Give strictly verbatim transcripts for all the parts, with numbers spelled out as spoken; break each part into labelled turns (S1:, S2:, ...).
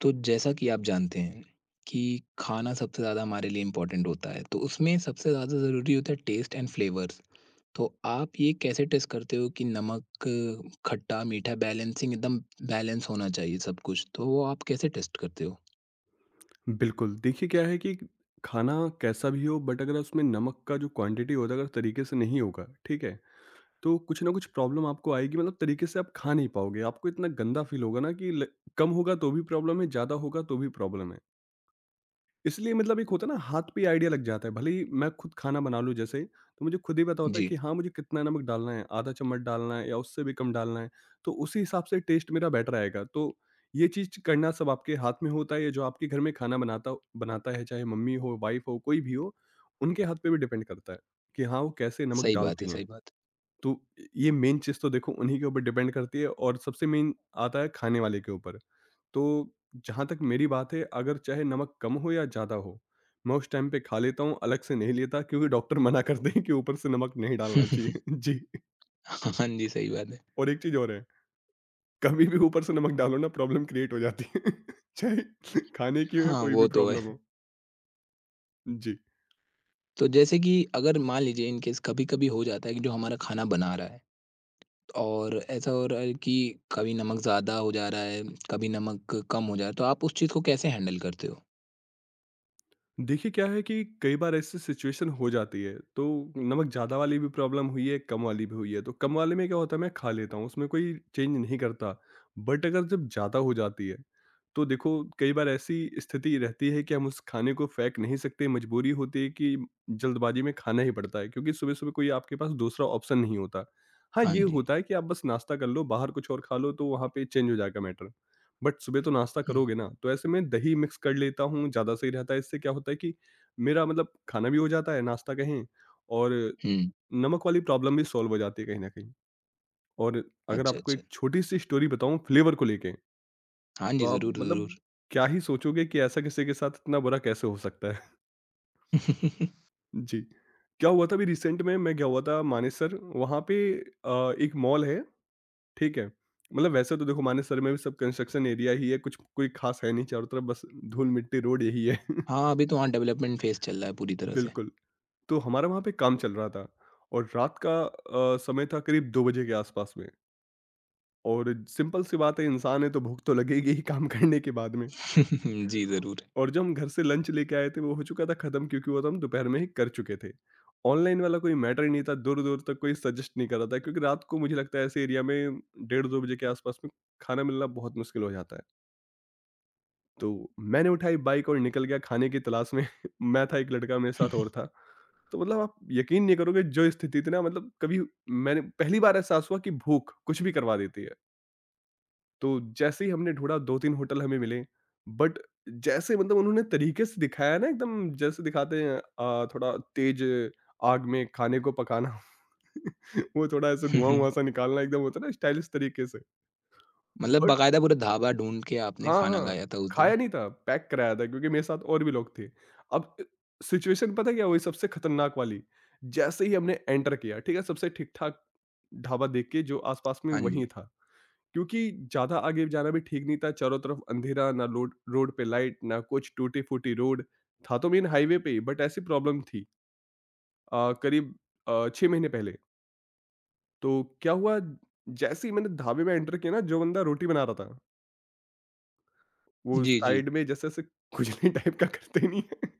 S1: तो जैसा कि आप जानते हैं कि खाना सबसे ज़्यादा हमारे लिए इम्पोर्टेंट होता है, तो उसमें सबसे ज़्यादा ज़रूरी होता है टेस्ट एंड फ्लेवर्स। तो आप ये कैसे टेस्ट करते हो कि नमक, खट्टा, मीठा बैलेंसिंग एकदम बैलेंस होना चाहिए सब कुछ, तो वो आप कैसे टेस्ट करते हो?
S2: बिल्कुल, देखिए क्या है कि खाना कैसा भी हो बट अगर उसमें नमक का जो क्वांटिटी होता है अगर तरीके से नहीं होगा, ठीक है? तो कुछ ना कुछ प्रॉब्लम आपको आएगी, मतलब तरीके से आप खा नहीं पाओगे। आपको इतना गंदा फ़ील होगा ना कि ल कम होगा तो भी प्रॉब्लम है, ज़्यादा होगा तो भी प्रॉब्लम है। इसलिए मतलब एक होता है ना, हाथ पे ही आइडिया लग जाता है। भले ही मैं खुद खाना बना लूँ जैसे, तो मुझे खुद ही पता होता है
S1: जी,
S2: कि हाँ मुझे कितना नमक डालना है, आधा चम्मच डालना है या उससे भी कम डालना है। तो उसी हिसाब से टेस्ट मेरा बेटर आएगा। तो ये चीज करना सब आपके हाथ में होता है। ये जो आपके घर में खाना बनाता बनाता है, चाहे मम्मी हो, वाइफ हो, कोई भी हो, उनके हाथ पे भी डिपेंड करता है कि हाँ वो कैसे नमक
S1: सही बात है,
S2: डालती हैं।
S1: सही बात।
S2: तो ये मेन चीज तो देखो उन्हीं के ऊपर डिपेंड करती है और सबसे मेन आता है खाने वाले के ऊपर। तो जहाँ तक मेरी बात है, अगर चाहे नमक कम हो या ज़्यादा हो, मैं उस टाइम पे खा लेता हूँ, अलग से नहीं लेता क्योंकि डॉक्टर मना करते हैं कि ऊपर से नमक नहीं डालना चाहिए। जी,
S1: हाँ जी, सही बात है।
S2: और एक चीज़ और है, कभी भी ऊपर से नमक डालो ना, प्रॉब्लम क्रिएट हो जाती है, चाहे खाने की हो या
S1: हाँ,
S2: कोई
S1: वो
S2: भी
S1: तो है।
S2: प्रॉब्लम हो। जी,
S1: तो जैसे कि अगर मान लीजिए इन केस कभी-कभी हो जाता है कि जो हमारा खाना बना रहा है और ऐसा हो रहा है कि कभी नमक ज़्यादा हो जा रहा है, कभी नमक कम हो जा रहा है, तो आप उस चीज़ को कैसे हैंडल करते हो?
S2: देखिए क्या है कि कई बार ऐसी सिचुएशन हो जाती है, तो नमक ज़्यादा वाली भी प्रॉब्लम हुई है, कम वाली भी हुई है। तो कम वाले में क्या होता है, मैं खा लेता हूँ, उसमें कोई चेंज नहीं करता, बट अगर जब ज़्यादा हो जाती है तो देखो कई बार ऐसी स्थिति रहती है कि हम उस खाने को फेंक नहीं सकते, मजबूरी होती है कि जल्दबाजी में खाना ही पड़ता है क्योंकि सुबह सुबह कोई आपके पास दूसरा ऑप्शन नहीं होता। हाँ,
S1: हाँ
S2: ये
S1: जी।
S2: होता है कि आप बस नाश्ता कर लो, बाहर कुछ और खा लो, तो वहाँ पे चेंज हो जाएगा मैटर। बट सुबह तो नाश्ता
S1: हुँ,
S2: करोगे ना, तो ऐसे में दही मिक्स कर लेता हूँ, ज़्यादा सही रहता है। इससे क्या होता है कि मेरा मतलब खाना भी हो जाता है, नाश्ता कहें, और
S1: हुँ।
S2: नमक वाली प्रॉब्लम भी सॉल्व हो जाती है कहीं ना कहीं। और अगर
S1: अच्छा,
S2: आपको
S1: अच्छा।
S2: एक छोटी सी स्टोरी बताऊं फ्लेवर को लेके,
S1: हाँ
S2: तो
S1: जी,
S2: आप
S1: ज़रूर, ज़रूर।
S2: मतलब क्या ही सोचोगे कि ऐसा किसी के साथ इतना बुरा कैसे हो सकता है? जी। क्या हुआ था, अभी रिसेंट में मैं गया हुआ था मानेसर। वहाँ पे अ, एक मॉल है, ठीक है? मतलब वैसे तो देखो मानेसर में भी सब कंस्ट्रक्शन एरिया ही है, कुछ कोई ख़ास है नहीं, चारों तरफ बस धूल-मिट्टी, रोड यही है।
S1: हाँ, अभी तो हाँ, डेवलपमेंट फ़ेज़ चल रहा है पूरी तरह से।
S2: बिल्कुल, तो हमारा वहाँ पे काम चल रहा था और रात का अ, समय था करीब दो बजे के आसपास में। और सिंपल सी बात है, इंसान है तो भूख तो लगेगी ही काम करने के बाद में।
S1: जी, ज़रूर।
S2: और जो हम घर से लंच लेके आए थे वो हो चुका था खत्म, क्योंकि वो तो हम दोपहर में ही कर चुके थे। ऑनलाइन वाला कोई मैटर ही नहीं था, दूर-दूर तक कोई सजेस्ट नहीं कर रहा था क्योंकि रात को मुझे लगता है ऐसे एरिया में डेढ़ दो बजे के आसपास में खाना मिलना बहुत मुश्किल हो जाता है। तो मैंने उठाई बाइक और निकल गया खाने की तलाश में। मैं था, एक लड़का मेरे साथ और था। तो मतलब आप यकीन नहीं करोगे जो स्थिति थी ना, मतलब कभी मैंने पहली बार एहसास हुआ कि भूख कुछ भी करवा देती है। तो जैसे ही हमने ढूँढा, दो तीन होटल हमें मिले, बट जैसे मतलब उन्होंने तरीके से दिखाया ना एकदम, जैसे दिखाते हैं अ, थोड़ा तेज़ आग में खाने को पकाना, वो थोड़ा ऐसे धुआँ-वुआँ सा निकालना एकदम होता है ना स्टाइलिश तरीके से।
S1: मतलब
S2: बट
S1: बाकायदा पूरा ढाबा ढूँढ के आपने
S2: हाँ,
S1: खाना
S2: हाँ,
S1: खाया था उस दिन?
S2: खाया नहीं था, पैक कराया था क्योंकि मेरे साथ और भी लोग थे। अब अ, सिचुएशन पता क्या हुई सबसे खतरनाक वाली, जैसे ही हमने एंटर किया, ठीक है, सबसे ठीक-ठाक ढाबा देख के जो आस-पास में
S1: हाँ जी।
S2: वहीं था। क्योंकि ज़्यादा आगे जाना भी ठीक नहीं था, चारों तरफ अंधेरा, ना लोड रोड पे लाइट, ना कुछ, टूटी-फूटी रोड। था तो मेन हाईवे पे ही, बट ऐसी प्रॉब्लम थी अ, करीब अ, छह महीने पहले। तो क्या हुआ, जैसे ही मैंने ढाबे में एंटर किया ना, जो बंदा रोटी बना रहा था, वो
S1: जी, जी।
S2: साइड में जैसे-जैसे खुजली टाइप का करते ही नहीं है।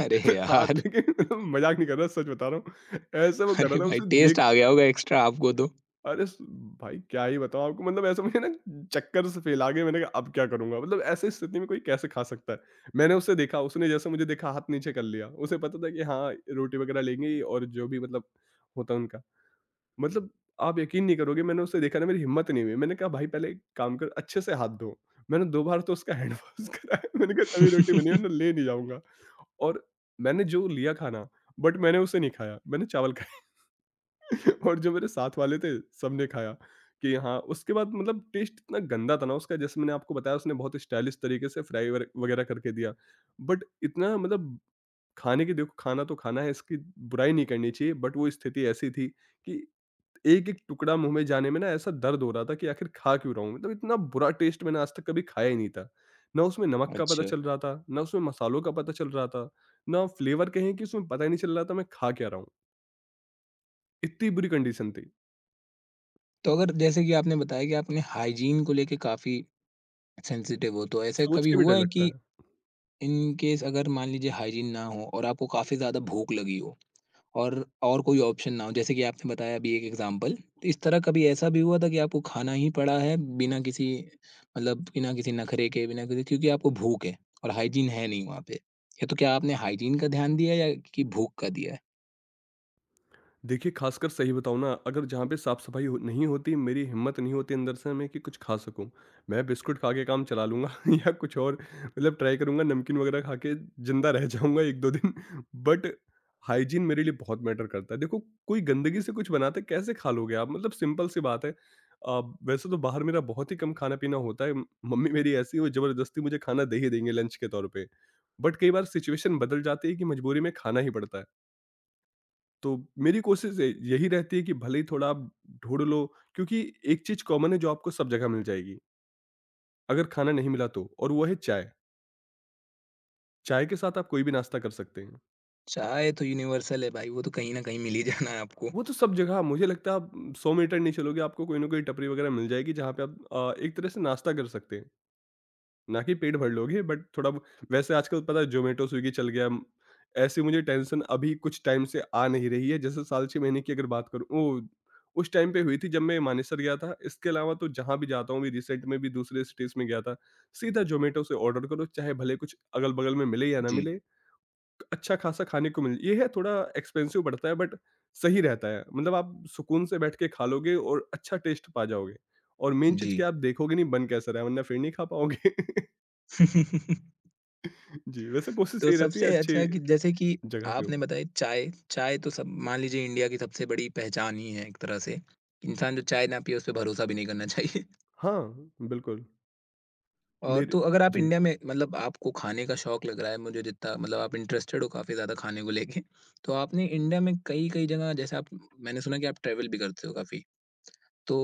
S1: अरे
S2: हाथ
S1: यार!
S2: लेके, मज़ाक नहीं कर रहा, सच बता रहा हूँ। ऐसा वो कर रहा
S1: अरे
S2: था,
S1: भाई
S2: उसे
S1: टेस्ट
S2: देख
S1: आ गया होगा एक्स्ट्रा आपको तो।
S2: अरे स भाई क्या ही बताऊँ आपको, मतलब ऐसा मुझे ना चक्कर से फैला गए। मैंने कहा अब क्या करूँगा? मतलब ऐसी स्थिति में कोई कैसे खा सकता है? मैंने उसे देखा, उसने जैसे मुझे देखा, हाथ नीचे कर लिया। उसे पता था कि हाँ, रोटी वगैरह लेंगे और जो भी मतलब होता है उनका। मतलब आप यकीन नहीं करोगे, मैंने उसे देखा ना, मेरी हिम्मत नहीं हुई। मैंने कहा भाई पहले एक काम कर, अच्छे से हाथ धो। मैंने दो बार तो उसका हैंड वॉश कराया। मैंने कहा तभी रोटी बनी, वरना ले नहीं जाऊँगा। और मैंने जो लिया खाना, बट मैंने उसे नहीं खाया, मैंने चावल खाया। और जो मेरे साथ वाले थे सबने खाया। कि हाँ उसके बाद मतलब टेस्ट इतना गंदा था ना उसका, जैसे मैंने आपको बताया उसने बहुत स्टाइलिश तरीके से फ्राई वगैरह करके दिया, बट इतना मतलब खाने की देखो, खाना तो खाना है, इसकी बुराई नहीं करनी चाहिए, बट वो स्थिति ऐसी थी कि एक एक टुकड़ा मुंह में जाने में ना ऐसा दर्द हो रहा था कि आखिर खा क्यों रहा हूँ। मतलब इतना बुरा टेस्ट मैंने आज तक कभी खाया ही नहीं था। ना उसमें नमक का पता
S1: अच्छा,
S2: चल रहा था, ना उसमें मसालों का पता चल रहा था, ना फ्लेवर कहें कि उसमें पता ही नहीं चल रहा था मैं खा क्या रहा हूँ। इतनी बुरी कंडीशन थी,
S1: तो अगर जैसे कि आपने बताया कि आपने हाइजीन को लेके काफ़ी सेंसिटिव हो, तो ऐसे
S2: सोच
S1: कभी
S2: के भी
S1: हुआ
S2: डर
S1: है
S2: लगता
S1: कि
S2: है।
S1: इन केस अगर मान लीजिए हाइजीन ना हो और आपको काफ़ी ज़्यादा भूख लगी हो और और कोई ऑप्शन ना हो, जैसे कि आपने बताया अभी एक एग्ज़ाम्पल, तो इस तरह कभी ऐसा भी हुआ था कि आपको खाना ही पड़ा है बिना किसी मतलब बिना किसी नखरे के, बिना किसी क्योंकि आपको भूख है और हाइजीन है नहीं वहाँ पे? या तो क्या आपने हाइजीन का ध्यान दिया या कि भूख का दिया है?
S2: देखिए, खासकर सही बताऊँ ना, अगर जहाँ पे साफ-सफाई हो नहीं होती, मेरी हिम्मत नहीं होती अंदर से मैं कि कुछ खा सकूँ। मैं बिस्कुट खा के काम चला लूँगा या कुछ और, मतलब ट्राई करूँगा, नमकीन वगैरह खा के ज़िंदा रह जाऊँगा एक दो दिन। बट हाइजीन मेरे लिए बहुत मैटर करता है। देखो, कोई गंदगी से कुछ बनाता है, कैसे खा लोगे आप? मतलब सिंपल सी बात है। अ, वैसे तो बाहर मेरा बहुत ही कम खाना-पीना होता है। म- मम्मी मेरी ऐसी है, वो ज़बरदस्ती मुझे खाना दे ही देंगे लंच के तौर पे। बट कई बार सिचुएशन बदल जाती है कि मजबूरी में खाना ही पड़ता है। तो मेरी कोशिश ये- यही रहती है कि भले ही थोड़ा आप ढूंढ लो, क्योंकि एक चीज कॉमन है जो आपको सब जगह मिल जाएगी अगर खाना नहीं मिला, तो और वो है चाय। चाय के साथ आप कोई भी नाश्ता कर सकते हैं।
S1: चाय तो यूनिवर्सल है भाई, वो तो कहीं न कहीं मिल ही जाना है आपको।
S2: वो तो सब जगह, मुझे लगता है आप सौ मीटर नहीं चलोगे आपको कोई ना कोई टपरी वगैरह मिल जाएगी जहाँ पे आप अ, एक तरह से नाश्ता कर सकते हैं। ना कि पेट भर लोगे, बट थोड़ा ब- वैसे आजकल पता है जोमेटो स्विगी चल गया, म- ऐसी मुझे टेंशन अभी कुछ टाइम से आ नहीं रही है। जैसे साल छह महीने की अगर बात करूँ ओ उस टाइम पे हुई थी जब मैं मानेसर गया था। इसके अलावा तो जहाँ भी जाता हूँ, भी रिसेंट में भी दूसरे सिटीज में गया था, सीधा जोमेटो से ऑर्डर करो चाहे भले कुछ अगल बगल में मिले या ना
S1: जी,
S2: मिले। अच्छा खासा खाने को मिले, ये है थोड़ा एक्सपेंसिव पड़ता है, बट सही रहता है। मतलब आप सुकून से बैठ के खा लोगे और अच्छा टेस्ट पा जाओगे। और मेन चीज
S1: जी।
S2: क्या, आप देखोगे नहीं बन कैसा रहा है वरना फिर नहीं खा पाओगे। जी, वैसे कोशिश
S1: तो
S2: यही रहती है
S1: सबसे
S2: अच्छी
S1: अच्छा कि जैसे कि
S2: जगह से हो।
S1: आपने बताया चाय, चाय तो सब मान लीजिए इंडिया की सबसे बड़ी पहचान ही है एक तरह से। इंसान जो चाय ना पिए उस पे भरोसा भी नहीं करना चाहिए।
S2: हाँ, बिल्कुल।
S1: और
S2: मेरे
S1: तो अगर आप
S2: जी।
S1: इंडिया में मतलब आपको खाने का शौक लग रहा है मुझे जितना मतलब आप इंटरेस्टेड हो काफ़ी ज़्यादा खाने को लेके। तो आपने इंडिया में कई-कई जगह जैसे आप मैंने सुना कि आप ट्रैवल भी करते हो काफ़ी। तो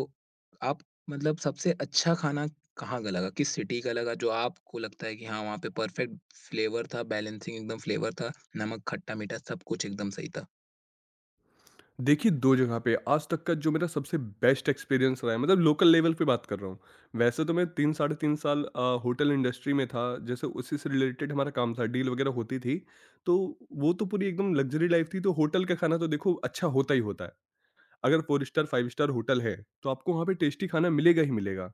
S1: आप मतलब सबसे अच्छा खाना कहाँ का लगा? किस सिटी का लगा जो आपको लगता है कि हाँ, वहाँ पे परफेक्ट फ्लेवर था, बैलेंसिंग एकदम फ्लेवर था, नमक, खट्टा-मीठा सब कुछ एकदम सही था?
S2: देखिए, दो जगह पे आज तक का जो मेरा सबसे बेस्ट एक्सपीरियंस रहा है, मतलब लोकल लेवल पे बात कर रहा हूँ। वैसे तो मैं तीन साढ़े तीन साल अ, होटल इंडस्ट्री में था, जैसे उसी से रिलेटेड हमारा काम था, डील वगैरह होती थी। तो वो तो पूरी एकदम लग्ज़री लाइफ़ थी, तो होटल का खाना तो देखो अच्छा होता ही होता है। अगर चार स्टार, पाँच स्टार होटल है, तो आपको वहाँ पे टेस्टी खाना मिलेगा ही मिलेगा।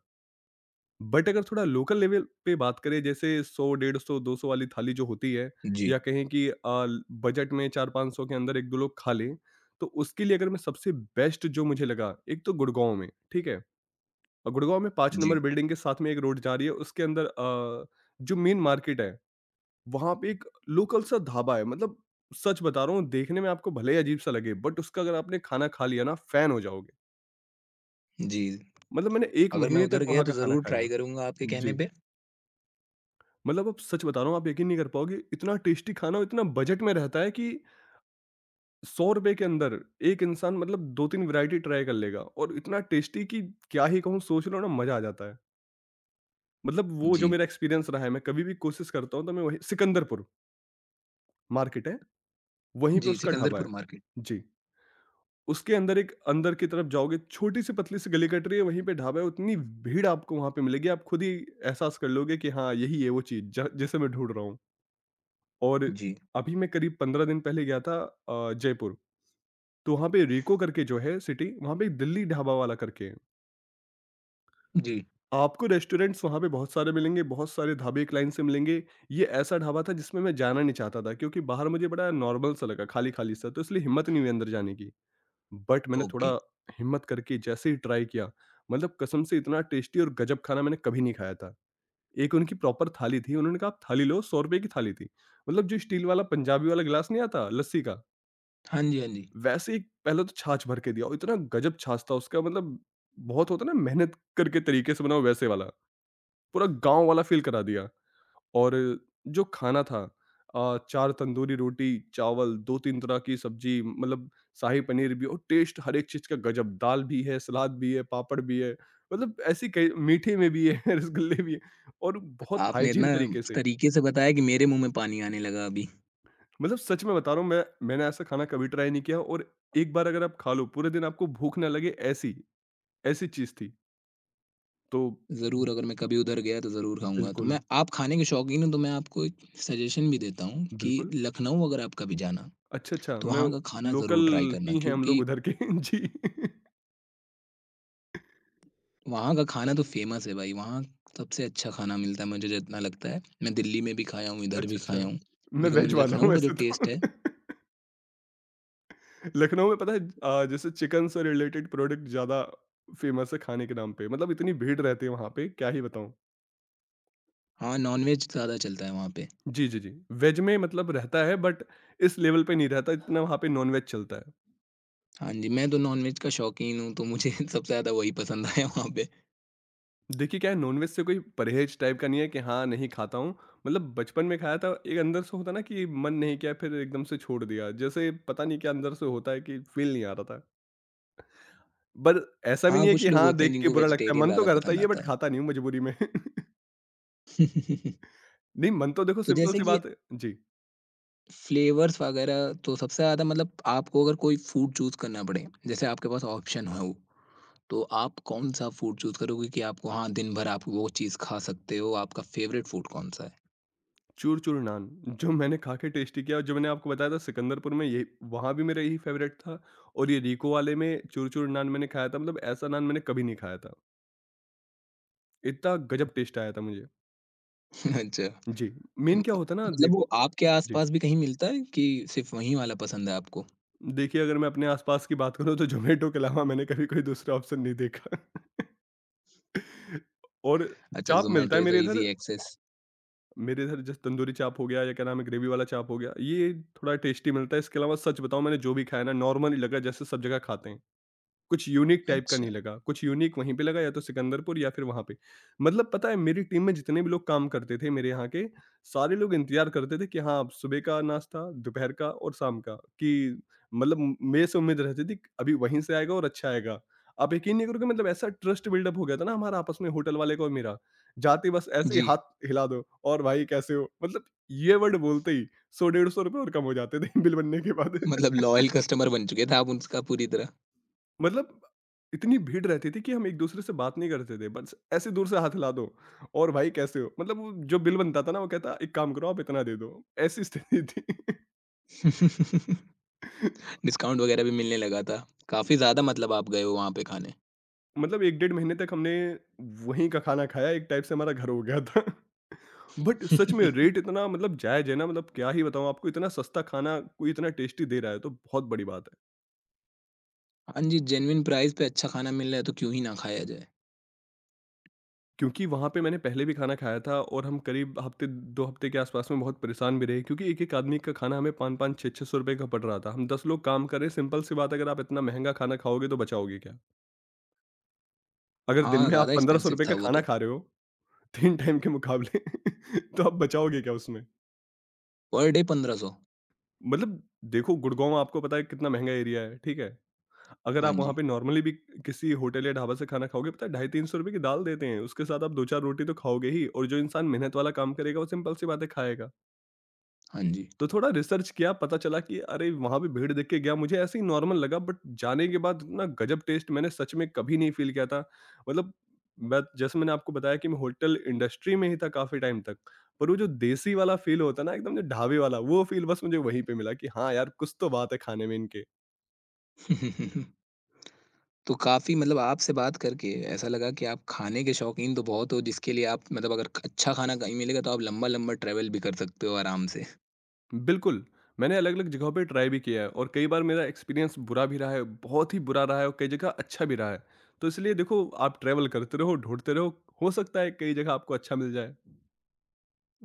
S2: बट अगर थोड़ा लोकल लेवल पे बात करें, जैसे सौ डेढ़ सौ दो सौ वाली थाली जो होती है,
S1: जी,
S2: या कहें कि आ, बजट में चार पाँच सौ के अंदर एक दो लोग खा लें, तो उसके लिए अगर मैं सबसे बेस्ट जो मुझे लगा, एक तो गुड़गांव में, ठीक है? और गुड़गांव में पाँच
S1: जी।
S2: नंबर बिल्डिंग के साथ में एक रोड जा रही है उसके अंदर आ, जो मेन मार्केट है वहां पे एक लोकल सा ढाबा है, मतलब सच बता रहा हूँ देखने में आपको भले ही अजीब सा लगे बट उसका अगर आपने खाना खा लिया ना फैन हो जाओगे।
S1: जी,
S2: मतलब मैंने एक
S1: अगर मैं
S2: महीने
S1: उधर
S2: तक
S1: गया
S2: वहां
S1: तो
S2: का खाना
S1: ज़रूर ट्राई
S2: खाया।
S1: करूँगा आपके कहने
S2: जी।
S1: पे।
S2: मतलब अब सच बता रहा हूँ, आप यकीन नहीं कर पाओगे इतना टेस्टी खाना और इतना बजट में रहता है कि सौ रुपए के अंदर एक इंसान मतलब दो तीन वैरायटी ट्राई कर लेगा। और इतना टेस्टी कि क्या ही कहूँ, सोच लो ना, मजा आ जाता है। मतलब वो जो
S1: जी।
S2: मेरा एक्सपीरियंस रहा है, मैं कभी भी कोशिश करता हूँ तो मैं वही सिकंदरपुर मार्केट है। वहीं पे
S1: जी,
S2: उसका ढाबा
S1: सिकंदरपुर
S2: है।
S1: मार्केट।
S2: जी। उसके अंदर एक अंदर की तरफ जाओगे, छोटी सी पतली सी गली कट रही है, वहीं पे ढाबा है। उतनी भीड़ आपको वहां पे मिलेगी, आप खुद ही एहसास कर लोगे कि हाँ, यही है वो चीज जिसे मैं ढूंढ रहा हूँ। और
S1: जी।
S2: अभी मैं करीब पंद्रह दिन पहले गया था अ, जयपुर। तो वहाँ पे रीको करके जो है सिटी, वहाँ पे एक दिल्ली ढाबा वाला करके है।
S1: जी,
S2: आपको रेस्टोरेंट्स वहाँ पे बहुत सारे मिलेंगे, बहुत सारे ढाबे एक लाइन से मिलेंगे। ये ऐसा ढाबा था जिसमें मैं जाना नहीं चाहता था क्योंकि बाहर मुझे बड़ा नॉर्मल सा लगा, खाली-खाली सा, तो इसलिए हिम्मत नहीं हुई अंदर जाने की। बट मैंने थोड़ा
S1: ओके।
S2: हिम्मत करके जैसे ही ट्राई किया, मतलब कसम से इतना टेस्टी और गजब खाना मैंने कभी नहीं खाया था। एक उनकी प्रॉपर थाली थी, उन्होंने कहा, "आप थाली लो।" ₹सौ रुपए की थाली थी। मतलब जो स्टील वाला पंजाबी वाला गिलास नहीं आता लस्सी का?
S1: हाँ जी, हाँ जी।
S2: वैसे एक पहले तो छाछ भर के दिया और इतना गजब छाछ था उसका। मतलब बहुत होता है ना मेहनत करके तरीके से बना हुआ वैसे वाला, पूरा गाँव वाला फ़ील करा दिया। और जो खाना था, अ, चार तंदूरी रोटी, चावल, दो तीन तरह की सब्ज़ी, मतलब शाही पनीर भी, और टेस्ट हर एक चीज़ का गजब, दाल भी है, सलाद भी है, पापड़ भी है, मतलब ऐसी कई, मीठे में भी है, रसगुल्ले भी हैं, और बहुत
S1: आपने इतना
S2: हाइजीन तरीके से।
S1: तरीके से बताया कि मेरे मुँह में पानी आने लगा अभी।
S2: मतलब सच में बता रहा हूँ, मैं मैंने ऐसा खाना कभी ट्राई नहीं किया। और एक बार अगर आप खा लो पूरे दिन आपको भूख ना लगे, ऐसी। ऐसी चीज़ थी। तो
S1: ज़रूर, अगर मैं कभी उधर गया तो ज़रूर खाऊँगा। तो मैं
S2: बिल्कुल,
S1: आप खाने के शौकीन हो तो मैं आपको एक सजेशन भी देता हूँ कि
S2: बिल्कुल।
S1: लखनऊ अगर आप कभी जाना,
S2: अच्छा, अच्छा,
S1: तो
S2: मैं
S1: वहाँ का खाना
S2: लोकल
S1: ज़रूर ट्राई करना
S2: ही हैं हम लोग
S1: क्योंकि
S2: उधर के। जी।
S1: वहाँ का खाना तो फ़ेमस है भाई, वहाँ सबसे अच्छा खाना मिलता है मुझे जितना लगता है। मैं दिल्ली में भी खाया हूँ, इधर भी
S2: अच्छा, अच्छा।
S1: खाया हूँ।
S2: मैं
S1: लेकिन मैं
S2: वेज वाला हूँ
S1: लखनऊ का जो
S2: वैसे तो।
S1: टेस्ट है
S2: लखनऊ में पता है, अ, जैसे चिकन से रिलेटेड प्रोडक्ट ज़्यादा फ़ेमस है खाने के नाम पे, मतलब इतनी भीड़ रहती है वहाँ पे, क्या ही बताऊँ।
S1: हाँ, नॉन-वेज ज़्यादा चलता है वहाँ पे।
S2: जी, जी, जी। वेज में मतलब रहता है बट इस लेवल पे नहीं रहता, इतना वहाँ पे नॉन-वेज चलता है।
S1: हाँ जी, मैं तो नॉन-वेज का शौकीन हूँ तो मुझे सबसे ज़्यादा वही पसंद आया वहाँ पे।
S2: देखिए क्या है, नॉनवेज से कोई परहेज टाइप का नहीं है कि हाँ नहीं खाता हूँ। मतलब बचपन में खाया था, एक अंदर से होता ना कि मन नहीं किया, फिर एकदम से छोड़ दिया, जैसे पता नहीं क्या अंदर से होता है कि फील नहीं आ रहा था। बट ऐसा भी
S1: हाँ,
S2: नहीं है
S1: कुछ
S2: कि
S1: लोग
S2: हाँ
S1: होते हैं
S2: देख के
S1: जिनको
S2: बुरा लगता है,
S1: वेजिटेरियन
S2: मन तो
S1: ज़्यादा
S2: करता
S1: पसंद
S2: ही है बट
S1: आता
S2: खाता नहीं हूँ मजबूरी में।
S1: है।
S2: नहीं, मन तो देखो
S1: तो
S2: सिंपल
S1: जैसे
S2: सी
S1: कि
S2: बात है। जी।
S1: फ्लेवर्स वगैरह तो सबसे ज़्यादा मतलब आपको अगर कोई फूड चूज़ करना पड़े, जैसे आपके पास ऑप्शन हो, तो आप कौन-सा फूड चूज़ करोगे कि आपको हाँ, दिन भर आप वो चीज़ खा सकते हो, आपका फेवरेट फूड कौन-सा है?
S2: चूर चूर नान जो मैंने खा के टेस्टी किया, और जो मैंने आपको बताया था सिकंदरपुर में, ये वहाँ भी मेरा यही फेवरेट था। और ये रीको वाले में चूर चूर नान मैंने खाया था, मतलब ऐसा नान मैंने कभी नहीं खाया था, इतना गजब टेस्ट आया था मुझे।
S1: अच्छा,
S2: जी,
S1: तो
S2: मेन क्या होता है ना,
S1: मतलब वो
S2: देखो।
S1: आपके
S2: जी,
S1: आस-पास भी कहीं मिलता है कि सिर्फ़ वहीं वाला पसंद है आपको?
S2: देखिए अगर मैं अपने आस-पास की बात करूँ तो ज़ोमैटो के अलावा मैंने कभी कोई दूसरा ऑप्शन नहीं देखा। और
S1: अच्छा,
S2: चाप मिलता
S1: ज़ोमैटो
S2: है
S1: इज़
S2: मेरे
S1: अ
S2: इधर।
S1: Easy access.
S2: मेरे इधर जैसे तंदूरी चाप हो गया, या क्या नाम है, ग्रेवी वाला चाप हो गया, ये थोड़ा टेस्टी मिलता है। इसके अलावा सच बताऊँ मैंने जो भी खाया ना नॉर्मल ही लगा, जैसे सब जगह खाते हैं। कुछ यूनिक टाइप का नहीं
S1: अच्छा,
S2: लगा, कुछ यूनिक वहीं पे लगा, या तो सिकंदरपुर या फिर वहाँ पे। मतलब पता है मेरी टीम में जितने भी लोग काम करते थे मेरे यहाँ के, सारे लोग इंतज़ार करते थे कि हाँ, अब सुबह का नाश्ता, दोपहर का और शाम का कि मतलब म मेरे से उम्मीद रहती थी कि अभी वहीं से आएगा और अच्छा आएगा। आप यकीन नहीं करोगे, मतलब ऐसा ट्रस्ट बिल्डअप हो गया था ना हमारा आपस में, होटल वाले का और मेरा, जाते ही बस ऐसे ही
S1: जी,
S2: हाथ हिला दो और भाई कैसे हो? मतलब ये वर्ड बोलते ही सौ डेढ़ ₹सौ रुपए और कम हो जाते थे बिल बनने के बाद।
S1: मतलब लॉयल कस्टमर बन चुके थे आप उसका पूरी तरह।
S2: मतलब इतनी भीड़ रहती थी कि हम एक दूसरे से बात नहीं करते थे, बस ऐसे दूर से हाथ हिला दो और भाई कैसे हो, मतलब वो जो बिल बनता था ना वो कहता एक काम करो आप इतना दे दो। ऐसी स्थिति थी।
S1: डिस्काउंट वगैरह भी मिलने लगा था। काफ़ी ज़्यादा मतलब आप गए हो वहाँ पे खाने।
S2: मतलब एक डेढ़ महीने तक हमने वहीं का खाना खाया, एक टाइप से हमारा घर हो गया था। बट सच में रेट इतना, मतलब जायज है ना, मतलब क्या ही बताऊं आपको, इतना सस्ता खाना कोई इतना टेस्टी दे रहा है तो बहुत बड़ी बात है।
S1: हाँ जी, जेन्युइन प्राइस पे अच्छा खाना मिल रहा है तो क्यों ही ना खाया जाए।
S2: क्योंकि वहाँ पे मैंने पहले भी खाना खाया था, और हम करीब हफ्ते दो हफ्ते के आसपास में बहुत परेशान भी रहे क्योंकि एक-एक आदमी का खाना हमें पाँच पाँच छह सौ रुपए का पड़ रहा था। हम दस लोग काम कर रहे हैं, सिंपल सी बात है अगर आप इतना महँगा खाना खाओगे तो बचाओगे क्या? अगर दिन
S1: हाँ,
S2: में आप
S1: ज़्यादा
S2: 1500
S1: एक्सपेंसिव
S2: रुपए
S1: था
S2: का
S1: वो
S2: खाना
S1: तो।
S2: खा रहे हो, तीन टाइम के मुकाबले, तो आप बचाओगे क्या उसमें?
S1: पर डे पंद्रह सौ।
S2: मतलब देखो, गुड़गाँव आपको पता है कितना महँगा एरिया है, ठीक है? अगर
S1: हाँ
S2: आप वहाँ
S1: जी,
S2: पे नॉर्मली भी किसी होटल या ढाबा से खाना खाओगे, पता है ₹ढाई सौ तीन सौ की दाल देते हैं, उसके साथ आप दो चार रोटी तो खाओगे ही, और जो इंसान मेहनत वाला काम करेगा वो सिंपल सी बात है खाएगा।
S1: हाँ जी।
S2: तो थोड़ा रिसर्च किया, पता चला कि अरे! वहाँ भी भीड़ देख के गया, मुझे ऐसे ही नॉर्मल लगा बट जाने के बाद ना गजब टेस्ट मैंने सच में कभी नहीं फ़ील किया था। मतलब मैं, जैसे मैंने आपको बताया कि मैं होटल इंडस्ट्री में ही था काफ़ी टाइम तक, पर वो जो देसी वाला फ़ील होता है ना एकदम जो ढाबे वाला, वो फ़ील बस मुझे वहीं पे मिला कि हाँ यार, कुछ तो बात है खाने में इनके।
S1: तो काफ़ी मतलब आपसे बात करके ऐसा लगा कि आप खाने के शौकीन तो बहुत हो जिसके लिए आप मतलब अगर अच्छा खाना कहीं मिलेगा तो आप लंबा-लंबा ट्रैवल भी कर सकते हो आराम से।
S2: बिल्कुल, मैंने अलग-अलग जगहों पे ट्राई भी किया है, और कई बार मेरा एक्सपीरियंस बुरा भी रहा है, बहुत ही बुरा रहा है, और कई जगह अच्छा भी रहा है। तो इसलिए देखो, आप ट्रैवल करते रहो, ढूँढते रहो, हो सकता है कई जगह आपको अच्छा मिल जाए।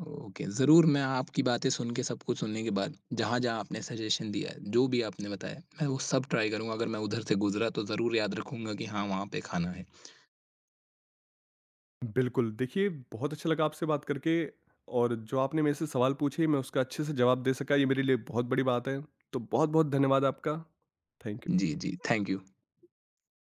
S1: ओके, ज़रूर मैं आपकी बातें सुन के सब कुछ सुनने के बाद जहाँ-जहाँ आपने सजेशन दिया है, जो भी आपने बताया, मैं वो सब ट्राई करूँगा। अगर मैं उधर से गुज़रा तो ज़रूर याद रखूँगा कि हाँ, वहाँ पे खाना है।
S2: बिल्कुल, देखिए बहुत अच्छा लगा आपसे बात करके, और जो आपने मेरे से सवाल पूछे मैं उसका अच्छे से जवाब दे सका, ये मेरे लिए बहुत बड़ी बात है। तो बहुत-बहुत धन्यवाद आपका। Thank you.
S1: जी, जी, थैंक यू।